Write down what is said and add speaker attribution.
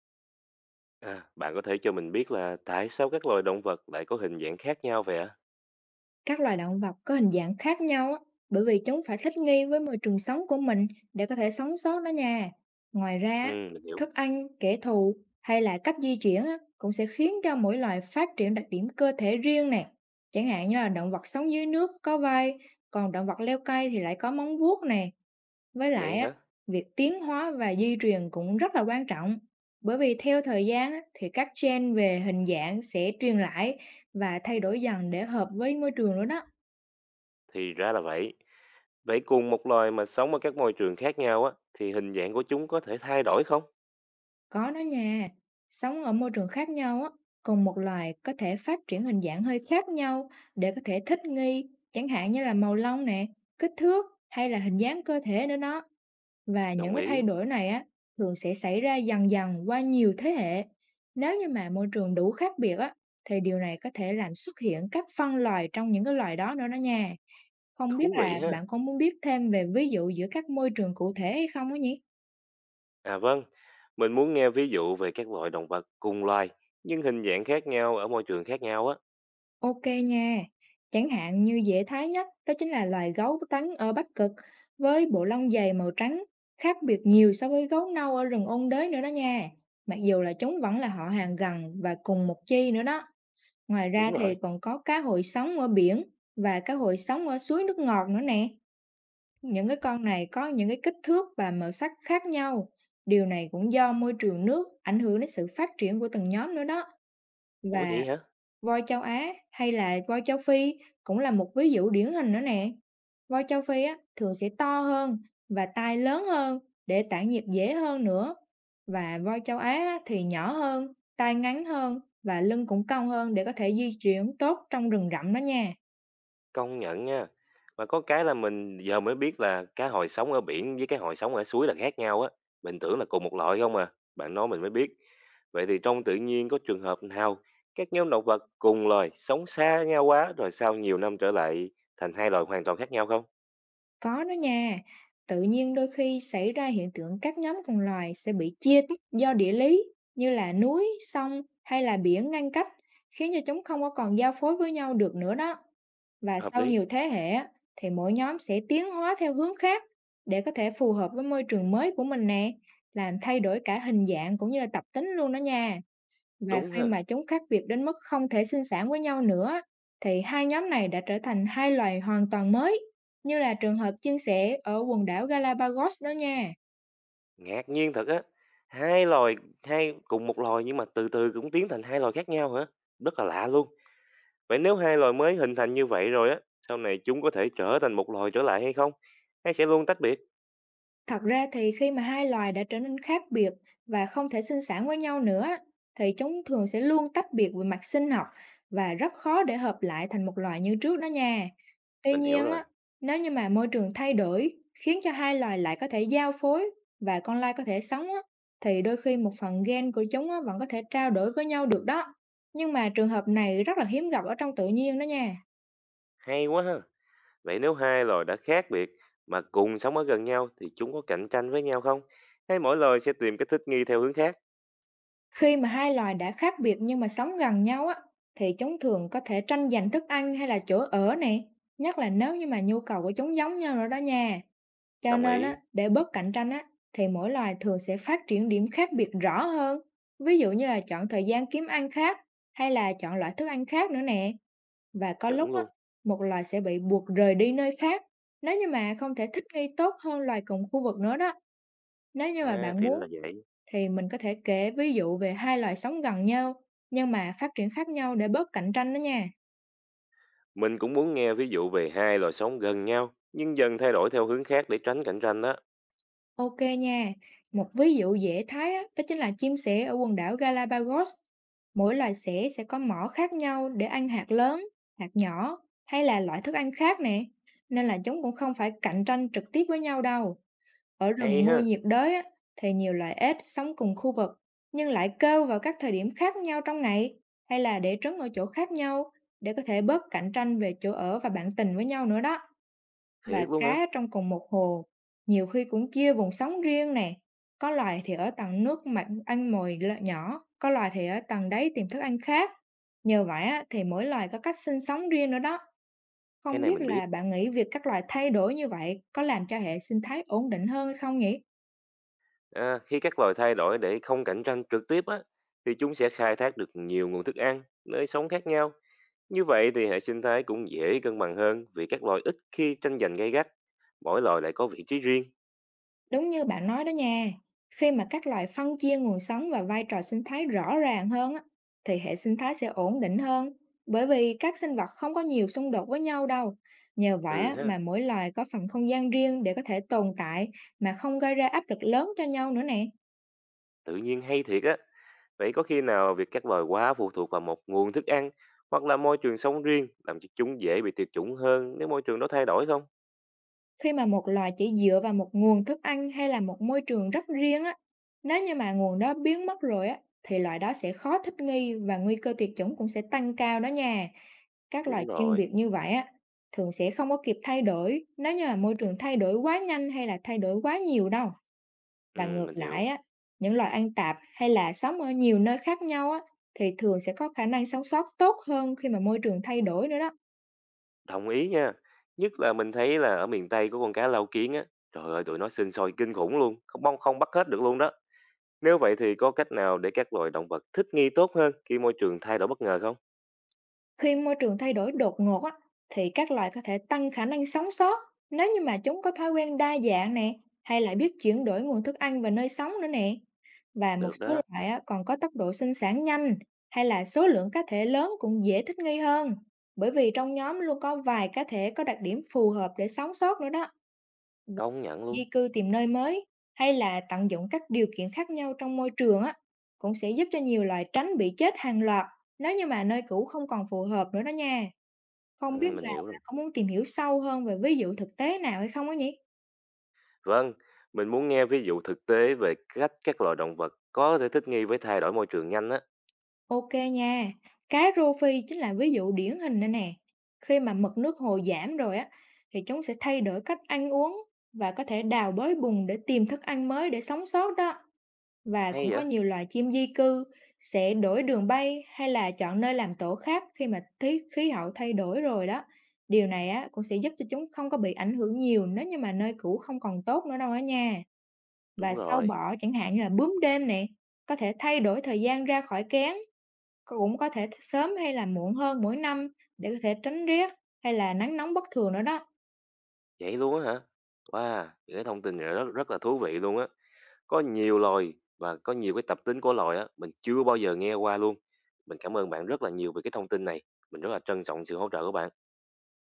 Speaker 1: À, bạn có thể cho mình biết là tại sao các loài động vật lại có hình dạng khác nhau vậy ạ?
Speaker 2: Các loài động vật có hình dạng khác nhau á, bởi vì chúng phải thích nghi với môi trường sống của mình để có thể sống sót đó nha. Ngoài ra,
Speaker 1: Ừ,
Speaker 2: á,
Speaker 1: mình hiểu.
Speaker 2: thức ăn, kẻ thù hay là cách di chuyển á, cũng sẽ khiến cho mỗi loài phát triển đặc điểm cơ thể riêng nè. Chẳng hạn như là động vật sống dưới nước có vai, còn động vật leo cây thì lại có móng vuốt nè. Với
Speaker 1: Vậy
Speaker 2: lại á,
Speaker 1: hả?
Speaker 2: việc tiến hóa và di truyền cũng rất là quan trọng. Bởi vì theo thời gian á, thì các gen về hình dạng sẽ truyền lại và thay đổi dần để hợp với môi trường nữa đó.
Speaker 1: Thì ra là vậy. Vậy cùng một loài mà sống ở các môi trường khác nhau á, thì hình dạng của chúng có thể thay đổi không?
Speaker 2: Có đó nha, sống ở môi trường khác nhau á, cùng một loài có thể phát triển hình dạng hơi khác nhau để có thể thích nghi, chẳng hạn như là màu lông nè, kích thước hay là hình dáng cơ thể nữa đó. Và những
Speaker 1: Đồng
Speaker 2: cái thay
Speaker 1: ý.
Speaker 2: đổi này á, thường sẽ xảy ra dần dần qua nhiều thế hệ. Nếu như mà môi trường đủ khác biệt á, thì điều này có thể làm xuất hiện các phân loài trong những cái loài đó nữa đó nha. Không biết
Speaker 1: Thú vị
Speaker 2: là
Speaker 1: ha.
Speaker 2: bạn có muốn biết thêm về ví dụ giữa các môi trường cụ thể hay không á nhỉ?
Speaker 1: À vâng, mình muốn nghe ví dụ về các loài động vật cùng loài, nhưng hình dạng khác nhau ở môi trường khác nhau á.
Speaker 2: Ok nha. Chẳng hạn như dễ thấy nhất, đó chính là loài gấu trắng ở Bắc Cực với bộ lông dày màu trắng, khác biệt nhiều so với gấu nâu ở rừng ôn đới nữa đó nha. Mặc dù là chúng vẫn là họ hàng gần và cùng một chi nữa đó. Ngoài ra
Speaker 1: Đúng
Speaker 2: thì
Speaker 1: rồi.
Speaker 2: còn có cá hồi sống ở biển và cá hồi sống ở suối nước ngọt nữa nè. Những cái con này có những cái kích thước và màu sắc khác nhau. Điều này cũng do môi trường nước ảnh hưởng đến sự phát triển của từng nhóm nữa đó.
Speaker 1: Ủa
Speaker 2: Và
Speaker 1: vậy hả?
Speaker 2: voi châu Á hay là voi châu Phi cũng là một ví dụ điển hình nữa nè. Voi châu Phi á, thường sẽ to hơn và tai lớn hơn để tản nhiệt dễ hơn nữa. Và voi châu Á á, thì nhỏ hơn, tai ngắn hơn và lưng cũng cong hơn để có thể di chuyển tốt trong rừng rậm đó nha.
Speaker 1: Công nhận nha. Mà có cái là mình giờ mới biết là cá hồi sống ở biển với cá hồi sống ở suối là khác nhau á. Mình tưởng là cùng một loại không à. Bạn nói mình mới biết. Vậy thì trong tự nhiên có trường hợp nào các nhóm động vật cùng loài sống xa nhau quá rồi sau nhiều năm trở lại thành hai loài hoàn toàn khác nhau không?
Speaker 2: Có đó nha. Tự nhiên đôi khi xảy ra hiện tượng các nhóm cùng loài sẽ bị chia tách do địa lý như là núi, sông hay là biển ngăn cách, khiến cho chúng không có còn giao phối với nhau được nữa đó. Và
Speaker 1: Hợp
Speaker 2: sau
Speaker 1: lý.
Speaker 2: nhiều thế hệ á, thì mỗi nhóm sẽ tiến hóa theo hướng khác để có thể phù hợp với môi trường mới của mình nè, làm thay đổi cả hình dạng cũng như là tập tính luôn đó nha. Và
Speaker 1: Đúng
Speaker 2: khi
Speaker 1: ha.
Speaker 2: mà chúng khác biệt đến mức không thể sinh sản với nhau nữa, thì hai nhóm này đã trở thành hai loài hoàn toàn mới, như là trường hợp chia sẻ ở quần đảo Galapagos đó nha.
Speaker 1: Ngạc nhiên thật á. Hai loài, hai cùng một loài nhưng mà từ từ cũng tiến thành hai loài khác nhau hả? Rất là lạ luôn. Vậy nếu hai loài mới hình thành như vậy rồi á, sau này chúng có thể trở thành một loài trở lại hay không? Hay sẽ luôn tách biệt?
Speaker 2: Thật ra thì khi mà hai loài đã trở nên khác biệt và không thể sinh sản với nhau nữa, thì chúng thường sẽ luôn tách biệt về mặt sinh học và rất khó để hợp lại thành một loài như trước đó nha. Tuy
Speaker 1: Mình hiểu
Speaker 2: nhiên
Speaker 1: rồi.
Speaker 2: á, nếu như mà môi trường thay đổi khiến cho hai loài lại có thể giao phối và con lai có thể sống á, thì đôi khi một phần gen của chúng á, vẫn có thể trao đổi với nhau được đó. Nhưng mà trường hợp này rất là hiếm gặp ở trong tự nhiên đó nha.
Speaker 1: Hay quá ha. Vậy nếu hai loài đã khác biệt mà cùng sống ở gần nhau thì chúng có cạnh tranh với nhau không? Hay mỗi loài sẽ tìm cách thích nghi theo hướng khác?
Speaker 2: Khi mà hai loài đã khác biệt nhưng mà sống gần nhau á, thì chúng thường có thể tranh giành thức ăn hay là chỗ ở nè, nhất là nếu như mà nhu cầu của chúng giống nhau rồi đó nha. Cho
Speaker 1: Đồng
Speaker 2: nên
Speaker 1: ý.
Speaker 2: á, để bớt cạnh tranh á, thì mỗi loài thường sẽ phát triển điểm khác biệt rõ hơn. Ví dụ như là chọn thời gian kiếm ăn khác hay là chọn loại thức ăn khác nữa nè. Và có
Speaker 1: Chuẩn
Speaker 2: lúc á,
Speaker 1: luôn.
Speaker 2: một loài sẽ bị buộc rời đi nơi khác nếu như mà không thể thích nghi tốt hơn loài cùng khu vực nữa đó. Nếu như mà
Speaker 1: À
Speaker 2: bạn
Speaker 1: thì đó
Speaker 2: muốn
Speaker 1: là vậy.
Speaker 2: thì mình có thể kể ví dụ về hai loài sống gần nhau nhưng mà phát triển khác nhau để bớt cạnh tranh đó nha.
Speaker 1: Mình cũng muốn nghe ví dụ về hai loài sống gần nhau nhưng dần thay đổi theo hướng khác để tránh cạnh tranh đó.
Speaker 2: Ok nha, một ví dụ dễ thấy á, đó chính là chim sẻ ở quần đảo Galapagos. Mỗi loài sẻ sẽ có mỏ khác nhau để ăn hạt lớn, hạt nhỏ hay là loại thức ăn khác nè. Nên là chúng cũng không phải cạnh tranh trực tiếp với nhau đâu. Ở rừng
Speaker 1: Hay
Speaker 2: mưa
Speaker 1: ha.
Speaker 2: nhiệt đới á, thì nhiều loài ếch sống cùng khu vực nhưng lại kêu vào các thời điểm khác nhau trong ngày hay là để trứng ở chỗ khác nhau để có thể bớt cạnh tranh về chỗ ở và bạn tình với nhau nữa đó. Và
Speaker 1: Thiệt luôn hả?
Speaker 2: cá trong cùng một hồ nhiều khi cũng chia vùng sống riêng nè. Có loài thì ở tầng nước mặt ăn nhỏ, có loài thì ở tầng đáy tìm thức ăn khác. Nhờ vậy á, thì mỗi loài có cách sinh sống riêng nữa đó.
Speaker 1: Cái
Speaker 2: Không
Speaker 1: này
Speaker 2: biết
Speaker 1: mình biết.
Speaker 2: là bạn nghĩ việc các loài thay đổi như vậy có làm cho hệ sinh thái ổn định hơn hay không nhỉ?
Speaker 1: À, khi các loài thay đổi để không cạnh tranh trực tiếp á, thì chúng sẽ khai thác được nhiều nguồn thức ăn, nơi sống khác nhau. Như vậy thì hệ sinh thái cũng dễ cân bằng hơn vì các loài ít khi tranh giành gay gắt. Mỗi loài lại có vị trí riêng.
Speaker 2: Đúng như bạn nói đó nha, khi mà các loài phân chia nguồn sống và vai trò sinh thái rõ ràng hơn á, thì hệ sinh thái sẽ ổn định hơn, bởi vì các sinh vật không có nhiều xung đột với nhau đâu. Nhờ vậy
Speaker 1: Ừ
Speaker 2: á,
Speaker 1: ha,
Speaker 2: mà mỗi loài có phần không gian riêng để có thể tồn tại mà không gây ra áp lực lớn cho nhau nữa nè.
Speaker 1: tự nhiên hay thiệt á. Vậy có khi nào việc các loài quá phụ thuộc vào một nguồn thức ăn hoặc là môi trường sống riêng làm cho chúng dễ bị tuyệt chủng hơn nếu môi trường đó thay đổi không?
Speaker 2: Khi mà một loài chỉ dựa vào một nguồn thức ăn hay là một môi trường rất riêng á, nếu như mà nguồn đó biến mất rồi á, thì loài đó sẽ khó thích nghi và nguy cơ tuyệt chủng cũng sẽ tăng cao đó nha. Các loài
Speaker 1: Đúng
Speaker 2: chuyên
Speaker 1: rồi,
Speaker 2: biệt như vậy á, thường sẽ không có kịp thay đổi nếu như mà môi trường thay đổi quá nhanh hay là thay đổi quá nhiều đâu.
Speaker 1: ừ,
Speaker 2: Và ngược
Speaker 1: mình
Speaker 2: lại
Speaker 1: hiểu.
Speaker 2: á, những loài ăn tạp hay là sống ở nhiều nơi khác nhau á, thì thường sẽ có khả năng sống sót tốt hơn khi mà môi trường thay đổi nữa đó.
Speaker 1: Đồng ý nha. Nhất là mình thấy là ở miền Tây có con cá lau kiến á, trời ơi tụi nó sinh sôi kinh khủng luôn, không bông không bắt hết được luôn đó. Nếu vậy thì có cách nào để các loài động vật thích nghi tốt hơn khi môi trường thay đổi bất ngờ không?
Speaker 2: Khi môi trường thay đổi đột ngột á, thì các loài có thể tăng khả năng sống sót nếu như mà chúng có thói quen đa dạng nè, hay là biết chuyển đổi nguồn thức ăn và nơi sống nữa nè. Và một
Speaker 1: Được
Speaker 2: số
Speaker 1: đó,
Speaker 2: loại á, còn có tốc độ sinh sản nhanh hay là số lượng cá thể lớn cũng dễ thích nghi hơn. Bởi vì trong nhóm luôn có vài cá thể có đặc điểm phù hợp để sống sót nữa đó. Và
Speaker 1: công
Speaker 2: việc
Speaker 1: nhận luôn.
Speaker 2: di cư tìm nơi mới hay là tận dụng các điều kiện khác nhau trong môi trường á, cũng sẽ giúp cho nhiều loài tránh bị chết hàng loạt nếu như mà nơi cũ không còn phù hợp nữa đó nha,
Speaker 1: Ừ,
Speaker 2: không biết
Speaker 1: mình
Speaker 2: là
Speaker 1: hiểu rồi.
Speaker 2: bạn có muốn tìm hiểu sâu hơn về ví dụ thực tế nào hay không á nhỉ?
Speaker 1: Vâng, mình muốn nghe ví dụ thực tế về cách các loài động vật có thể thích nghi với thay đổi môi trường nhanh á.
Speaker 2: Ok nha, cá rô phi chính là ví dụ điển hình đây nè. Khi mà mực nước hồ giảm rồi á, thì chúng sẽ thay đổi cách ăn uống và có thể đào bới bùn để tìm thức ăn mới để sống sót đó. Và
Speaker 1: Hay
Speaker 2: cũng có
Speaker 1: vậy?
Speaker 2: nhiều loài chim di cư sẽ đổi đường bay hay là chọn nơi làm tổ khác khi mà khí khí hậu thay đổi rồi đó. Điều này á cũng sẽ giúp cho chúng không có bị ảnh hưởng nhiều nếu như mà nơi cũ không còn tốt nữa đâu á nha. Và
Speaker 1: Đúng
Speaker 2: sâu
Speaker 1: rồi,
Speaker 2: bọ chẳng hạn như là bướm đêm nè, có thể thay đổi thời gian ra khỏi kén, cũng có thể sớm hay là muộn hơn mỗi năm để có thể tránh rét hay là nắng nóng bất thường nữa đó.
Speaker 1: vậy luôn á hả? Wow, những cái thông tin này rất rất là thú vị luôn á. Có nhiều loài và có nhiều cái tập tính của loài á, mình chưa bao giờ nghe qua luôn. Mình cảm ơn bạn rất là nhiều về cái thông tin này. Mình rất là trân trọng sự hỗ trợ của bạn.